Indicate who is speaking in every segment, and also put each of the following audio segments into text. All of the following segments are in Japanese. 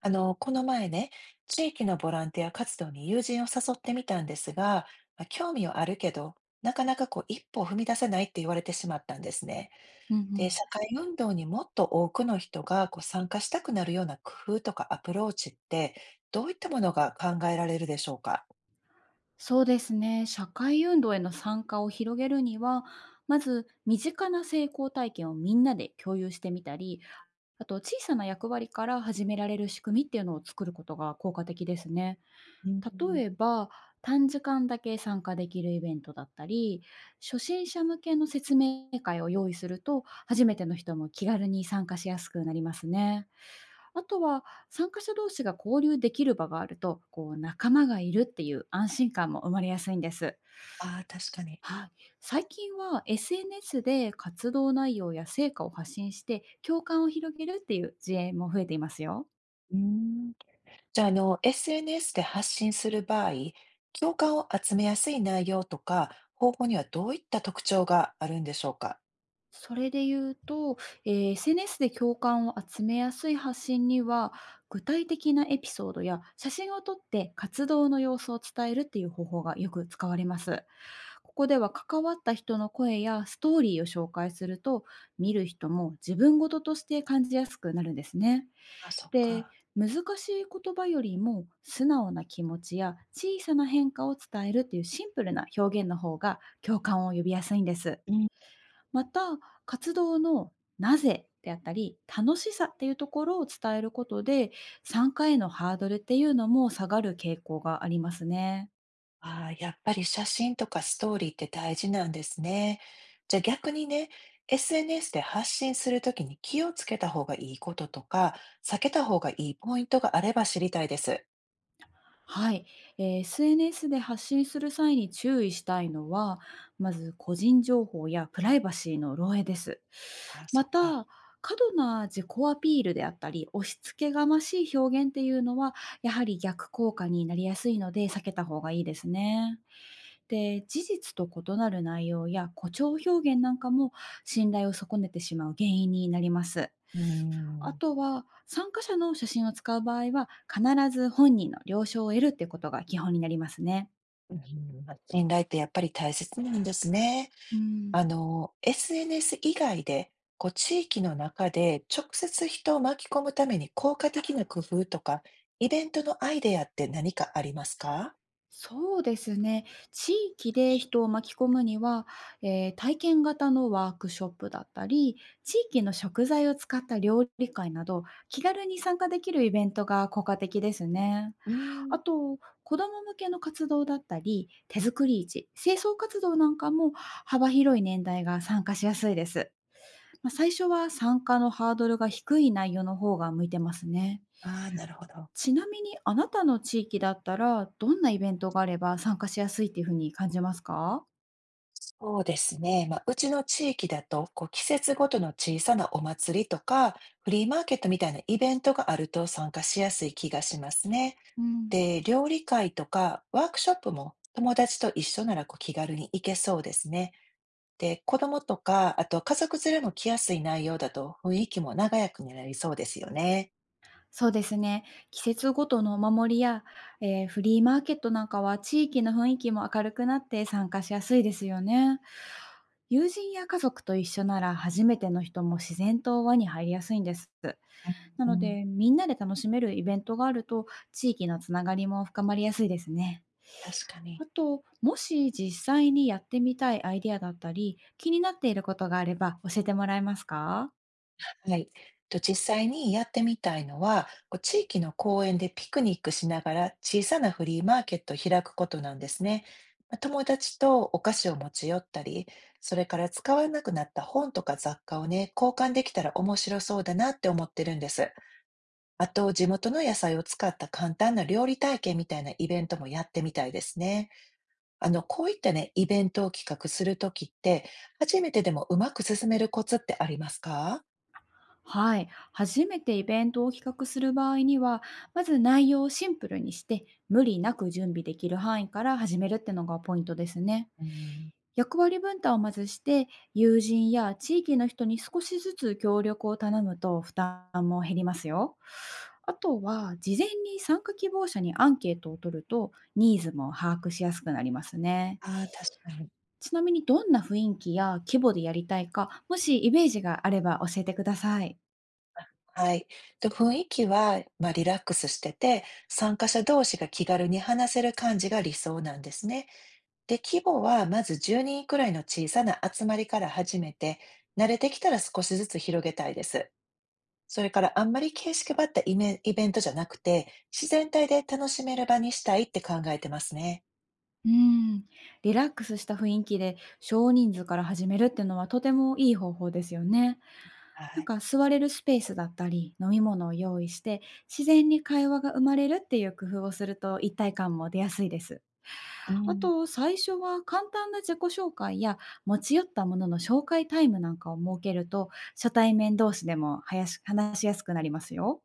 Speaker 1: この前ね、地域のボランティア活動に友人を誘ってみたんですが、まあ興味はあるけど、なかなかこう一歩踏み出せないって言われてしまったんですね。
Speaker 2: うんう
Speaker 1: で、社
Speaker 2: ん、
Speaker 1: 会運動にもっと多くの人がこう参加したくなるような工夫とかアプローチって、どういったものが考えられるでしょうか
Speaker 2: そうですね。社会運動への参加を広げるには、まず身近な成功体験をみんなで共有してみたり、あと小さな役割から始められる仕組みっていうのを作ることが効果的ですね。
Speaker 1: うん、
Speaker 2: 例えば、短時間だけ参加できるイベントだったり、初心者向けの説明会を用意すると、初めての人も気軽に参加しやすくなりますね。あとは、参加者同士が交流できる場があると、こう仲間がいるっていう安心感も生まれやすいんです。
Speaker 1: ああ確かに。
Speaker 2: はい、最近は SNS で活動内容や成果を発信して共感を広げるっていう事例も増えていますよ。
Speaker 1: うん、じゃあ、SNS で発信する場合、共感を集めやすい内容とか方法にはどういった特徴があるんでしょうか
Speaker 2: それで言うと、SNS で共感を集めやすい発信には、具体的なエピソードや写真を撮って活動の様子を伝えるっていう方法がよく使われます。ここでは関わった人の声やストーリーを紹介すると、見る人も自分事として感じやすくなるんですね。
Speaker 1: あ、そっ
Speaker 2: で、
Speaker 1: か。
Speaker 2: 難しい言葉よりも素直な気持ちや小さな変化を伝えるっていうシンプルな表現の方が共感を呼びやすいんです。
Speaker 1: うん。
Speaker 2: また、活動のなぜであったり、楽しさっていうところを伝えることで、参加へのハードルっていうのも下がる傾向がありますね。
Speaker 1: ああ、やっぱり写真とかストーリーって大事なんですね。じゃあ逆にね、SNS で発信するときに気をつけた方がいいこととか、避けた方がいいポイントがあれば知りたいです。
Speaker 2: はい、SNS で発信する際に注意したいのは、まず個人情報やプライバシーの漏洩です。
Speaker 1: ああ、そ
Speaker 2: ま
Speaker 1: っか。
Speaker 2: た、過度な自己アピールであったり、押し付けがましい表現っていうのは、やはり逆効果になりやすいので避けた方がいいですね。で、事実と異なる内容や誇張表現なんかも信頼を損ねてしまう原因になります。
Speaker 1: うー
Speaker 2: あ
Speaker 1: ん。
Speaker 2: とは参加者の写真を使う場合は必ず本人の了承を得るってことが基本になりますね。
Speaker 1: うん、ま、信頼ってやっぱり大切なんですね。
Speaker 2: うん、
Speaker 1: SNS 以外で、こう地域の中で直接人を巻き込むために効果的な工夫とか、イベントのアイデアって何かありますか？
Speaker 2: そうですね。地域で人を巻き込むには、体験型のワークショップだったり、地域の食材を使った料理会など、気軽に参加できるイベントが効果的ですね。
Speaker 1: うー
Speaker 2: あ
Speaker 1: ん、
Speaker 2: と、子ども向けの活動だったり、手作り市、清掃活動なんかも幅広い年代が参加しやすいです。まあ、最初は参加のハードルが低い内容の方が向いてますね。
Speaker 1: ああ、なるほど。
Speaker 2: ちなみにあなたの地域だったら、どんなイベントがあれば参加しやすいっていうふうに感じますか？
Speaker 1: そうですね。まあ、うちの地域だと、こう、季節ごとの小さなお祭りとか、フリーマーケットみたいなイベントがあると参加しやすい気がしますね。
Speaker 2: うん、
Speaker 1: で、料理会とかワークショップも友達と一緒ならこう気軽に行けそうですね。で、子供とか、あと家族連れも来やすい内容だと雰囲気も長やくになりそうですよね。
Speaker 2: そうですね。季節ごとのお守りや、フリーマーケットなんかは地域の雰囲気も明るくなって参加しやすいですよね。友人や家族と一緒なら初めての人も自然と輪に入りやすいんです。な
Speaker 1: うん、
Speaker 2: の
Speaker 1: うん、
Speaker 2: で、みんなで楽しめるイベントがあると地域のつながりも深まりやすいですね。
Speaker 1: 確かに。
Speaker 2: あと、もし実際にやってみたいアイディアだったり、気になっていることがあれば教えてもらえますか？
Speaker 1: はい。と実際にやってみたいのは、こう地域の公園でピクニックしながら小さなフリーマーケットを開くことなんですね。まあ友達とお菓子を持ち寄ったり、それから使わなくなった本とか雑貨をね、交換できたら面白そうだなって思ってるんです。あと、地元の野菜を使った簡単な料理体験みたいなイベントもやってみたいですね。こういったね、イベントを企画するときって、初めてでもうまく進めるコツってありますか
Speaker 2: はい。初めてイベントを企画する場合には、まず内容をシンプルにして、無理なく準備できる範囲から始めるってのがポイントですね。
Speaker 1: うん
Speaker 2: 役割分担をまずして、友人や地域の人に少しずつ協力を頼むと負担も減りますよ。あとは、事前に参加希望者にアンケートを取ると、ニーズも把握しやすくなりますね。
Speaker 1: ああ、確かに。
Speaker 2: ちなみにどんな雰囲気や規模でやりたいか、もしイメージがあれば教えてください。
Speaker 1: はい。と、雰囲気は、まあ、リラックスしてて、参加者同士が気軽に話せる感じが理想なんですね。で、規模はまず10人くらいの小さな集まりから始めて、慣れてきたら少しずつ広げたいです。それからあんまり形式ばったイメイベントじゃなくて、自然体で楽しめる場にしたいって考えてますね。
Speaker 2: うん、リラックスした雰囲気で少人数から始めるっていうのはとてもいい方法ですよね。
Speaker 1: は
Speaker 2: なん
Speaker 1: い。
Speaker 2: か座れるスペースだったり、飲み物を用意して、自然に会話が生まれるっていう工夫をすると一体感も出やすいです。
Speaker 1: う
Speaker 2: あ
Speaker 1: ん。
Speaker 2: と、最初は簡単な自己紹介や持ち寄ったものの紹介タイムなんかを設けると、初対面同士でも話しやすくなりますよ。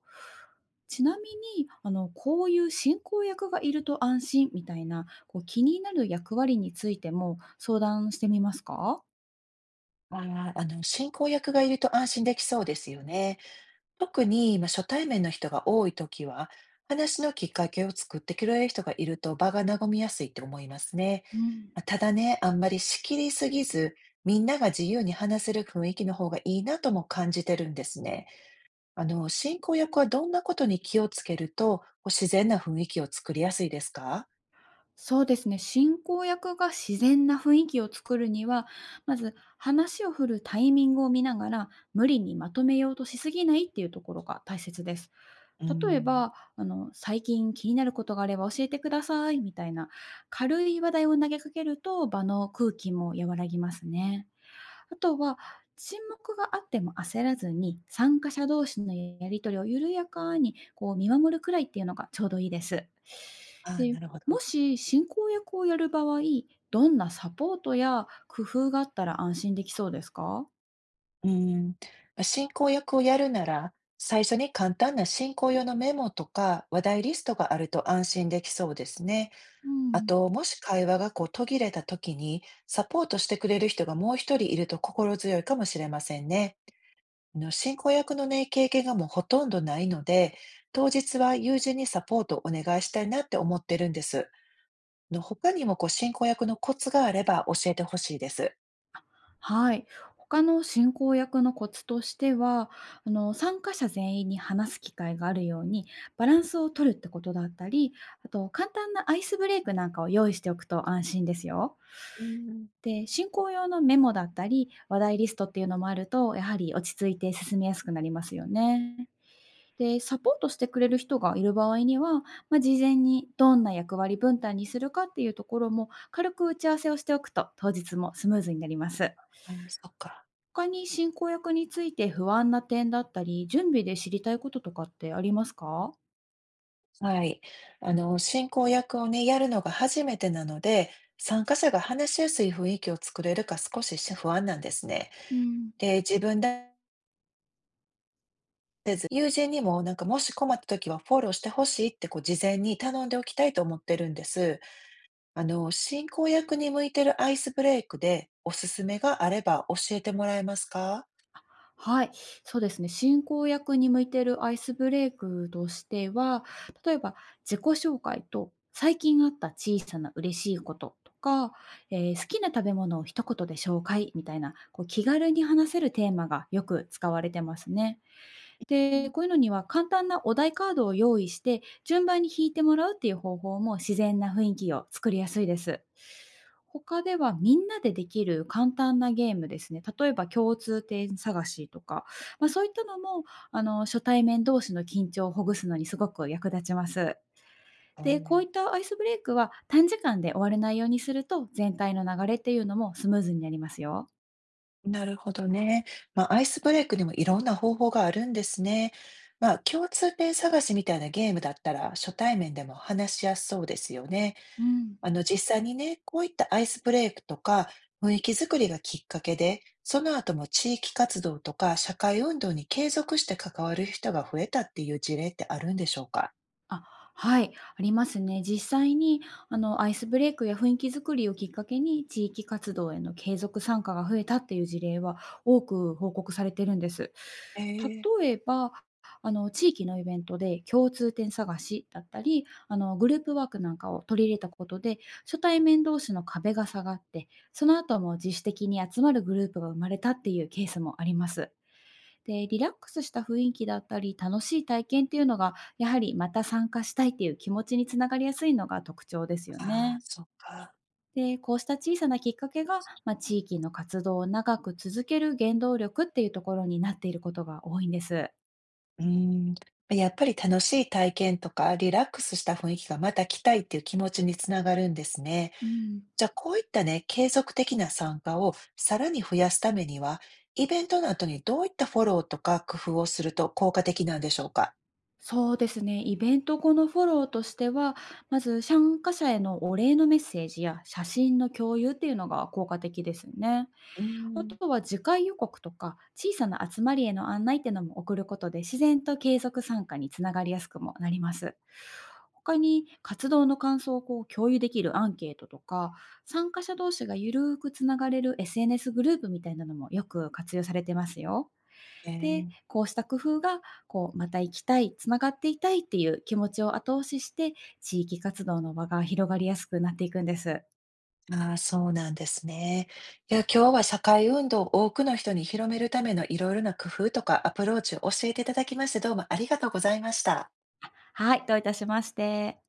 Speaker 2: ちなみに、あの、こういう進行役がいると安心みたいな、こう気になる役割についても相談してみますか？
Speaker 1: あ進行役がいると安心できそうですよね。特に、まあ、初対面の人が多いときは、話のきっかけを作ってくれる人がいると場が和みやすいと思いますね。
Speaker 2: うん、
Speaker 1: ま、ただね、あんまり仕切りすぎず、みんなが自由に話せる雰囲気の方がいいなとも感じてるんですね。進行役はどんなことに気をつけると、こう自然な雰囲気を作りやすいですか？
Speaker 2: そうですね。進行役が自然な雰囲気を作るには、まず話を振るタイミングを見ながら、無理にまとめようとしすぎないっていうところが大切です。
Speaker 1: う
Speaker 2: 例え
Speaker 1: ん、
Speaker 2: ば、あの、最近気になることがあれば教えてくださいみたいな、軽い話題を投げかけると場の空気も和らぎますね。あとは、沈黙があっても焦らずに、参加者同士のやりとりを緩やかにこう見守るくらいっていうのがちょうどいいです。
Speaker 1: ああ、
Speaker 2: で、
Speaker 1: なるほど。
Speaker 2: もし進行役をやる場合、どんなサポートや工夫があったら安心できそうですか？
Speaker 1: うん、ま、進行役をやるなら、最初に簡単な進行用のメモとか話題リストがあると安心できそうですね。
Speaker 2: う
Speaker 1: あ
Speaker 2: ん、
Speaker 1: と、もし会話がこう途切れた時に、サポートしてくれる人がもう一人いると心強いかもしれませんね。進行役のね、経験がもうほとんどないので、当日は友人にサポートをお願いしたいなって思ってるんです。他にもこう進行役のコツがあれば教えてほしいです。
Speaker 2: はい。他の進行役のコツとしては、あの、参加者全員に話す機会があるようにバランスを取るってことだったり、あと簡単なアイスブレイクなんかを用意しておくと安心ですよ。
Speaker 1: うん。
Speaker 2: で、進行用のメモだったり、話題リストっていうのもあると、やはり落ち着いて進みやすくなりますよね。で、サポートしてくれる人がいる場合には、まあ、事前にどんな役割分担にするかっていうところも軽く打ち合わせをしておくと、当日もスムーズになります。
Speaker 1: あ、そっか。
Speaker 2: 他に進行役について不安な点だったり、準備で知りたいこととかってありますか？
Speaker 1: はい。進行役をね、やるのが初めてなので、参加者が話しやすい雰囲気を作れるか少し不安なんですね。
Speaker 2: うん、
Speaker 1: で、自分だけせず、友人にもなんかもし困った時はフォローしてほしいってこう事前に頼んでおきたいと思ってるんです。進行役に向いてるアイスブレイクでおすすめがあれば教えてもらえますか
Speaker 2: はい、そうですね。進行役に向いているアイスブレイクとしては、例えば自己紹介と最近あった小さな嬉しいこととか、好きな食べ物を一言で紹介みたいな、こう気軽に話せるテーマがよく使われてますね。で、こういうのには簡単なお題カードを用意して、順番に引いてもらうっていう方法も自然な雰囲気を作りやすいです。他ではみんなでできる簡単なゲームですね。例えば共通点探しとか、まあ、そういったのも、あの、初対面同士の緊張をほぐすのにすごく役立ちます。
Speaker 1: う
Speaker 2: で、こうい
Speaker 1: ん
Speaker 2: ったアイスブレイクは短時間で終われないようにすると、全体の流れっていうのもスムーズになりますよ。
Speaker 1: なるほどね。まあ、アイスブレイクにもいろんな方法があるんですね。まあ、共通点探しみたいなゲームだったら初対面でも話しやすそうですよね。
Speaker 2: うん。
Speaker 1: 実際にね、こういったアイスブレイクとか雰囲気作りがきっかけで、その後も地域活動とか社会運動に継続して関わる人が増えたっていう事例ってあるんでしょうか
Speaker 2: あ、はい、ありますね。実際に、あの、アイスブレイクや雰囲気づくりをきっかけに、地域活動への継続参加が増えたっていう事例は多く報告されてるんです。
Speaker 1: えー
Speaker 2: 例えば、あの、地域のイベントで共通点探しだったり、あの、グループワークなんかを取り入れたことで、初対面同士の壁が下がって、その後も自主的に集まるグループが生まれたっていうケースもあります。で、リラックスした雰囲気だったり、楽しい体験っていうのが、やはりまた参加したいっていう気持ちにつながりやすいのが特徴ですよ
Speaker 1: ああ、
Speaker 2: ね。
Speaker 1: そっか。
Speaker 2: で、こうした小さなきっかけが、まあ、地域の活動を長く続ける原動力っていうところになっていることが多いんです。
Speaker 1: うーん、まやっぱり楽しい体験とか、リラックスした雰囲気がまた来たいっていう気持ちにつながるんですね。
Speaker 2: うん、
Speaker 1: じゃあ、こういったね、継続的な参加をさらに増やすためには、イベントの後にどういったフォローとか工夫をすると効果的なんでしょうか？
Speaker 2: そうですね。イベント後のフォローとしては、まず参加者へのお礼のメッセージや写真の共有っていうのが効果的ですね。
Speaker 1: うー
Speaker 2: あ
Speaker 1: ん。
Speaker 2: とは次回予告とか小さな集まりへの案内ってのも送ることで自然と継続参加につながりやすくもなります。他に活動の感想をこう共有できるアンケートとか参加者同士がゆるーくつながれる SNS グループみたいなのもよく活用されてますよ。
Speaker 1: え
Speaker 2: で、
Speaker 1: ー
Speaker 2: こうした工夫が、こうまた行きたい、つながっていたいっていう気持ちを後押しして、地域活動の輪が広がりやすくなっていくんです。
Speaker 1: ああ、そうなんですね。いや、今日は社会運動を多くの人に広めるためのいろいろな工夫とかアプローチを教えていただきまして、どうもありがとうございました。
Speaker 2: はい、どういたしまして。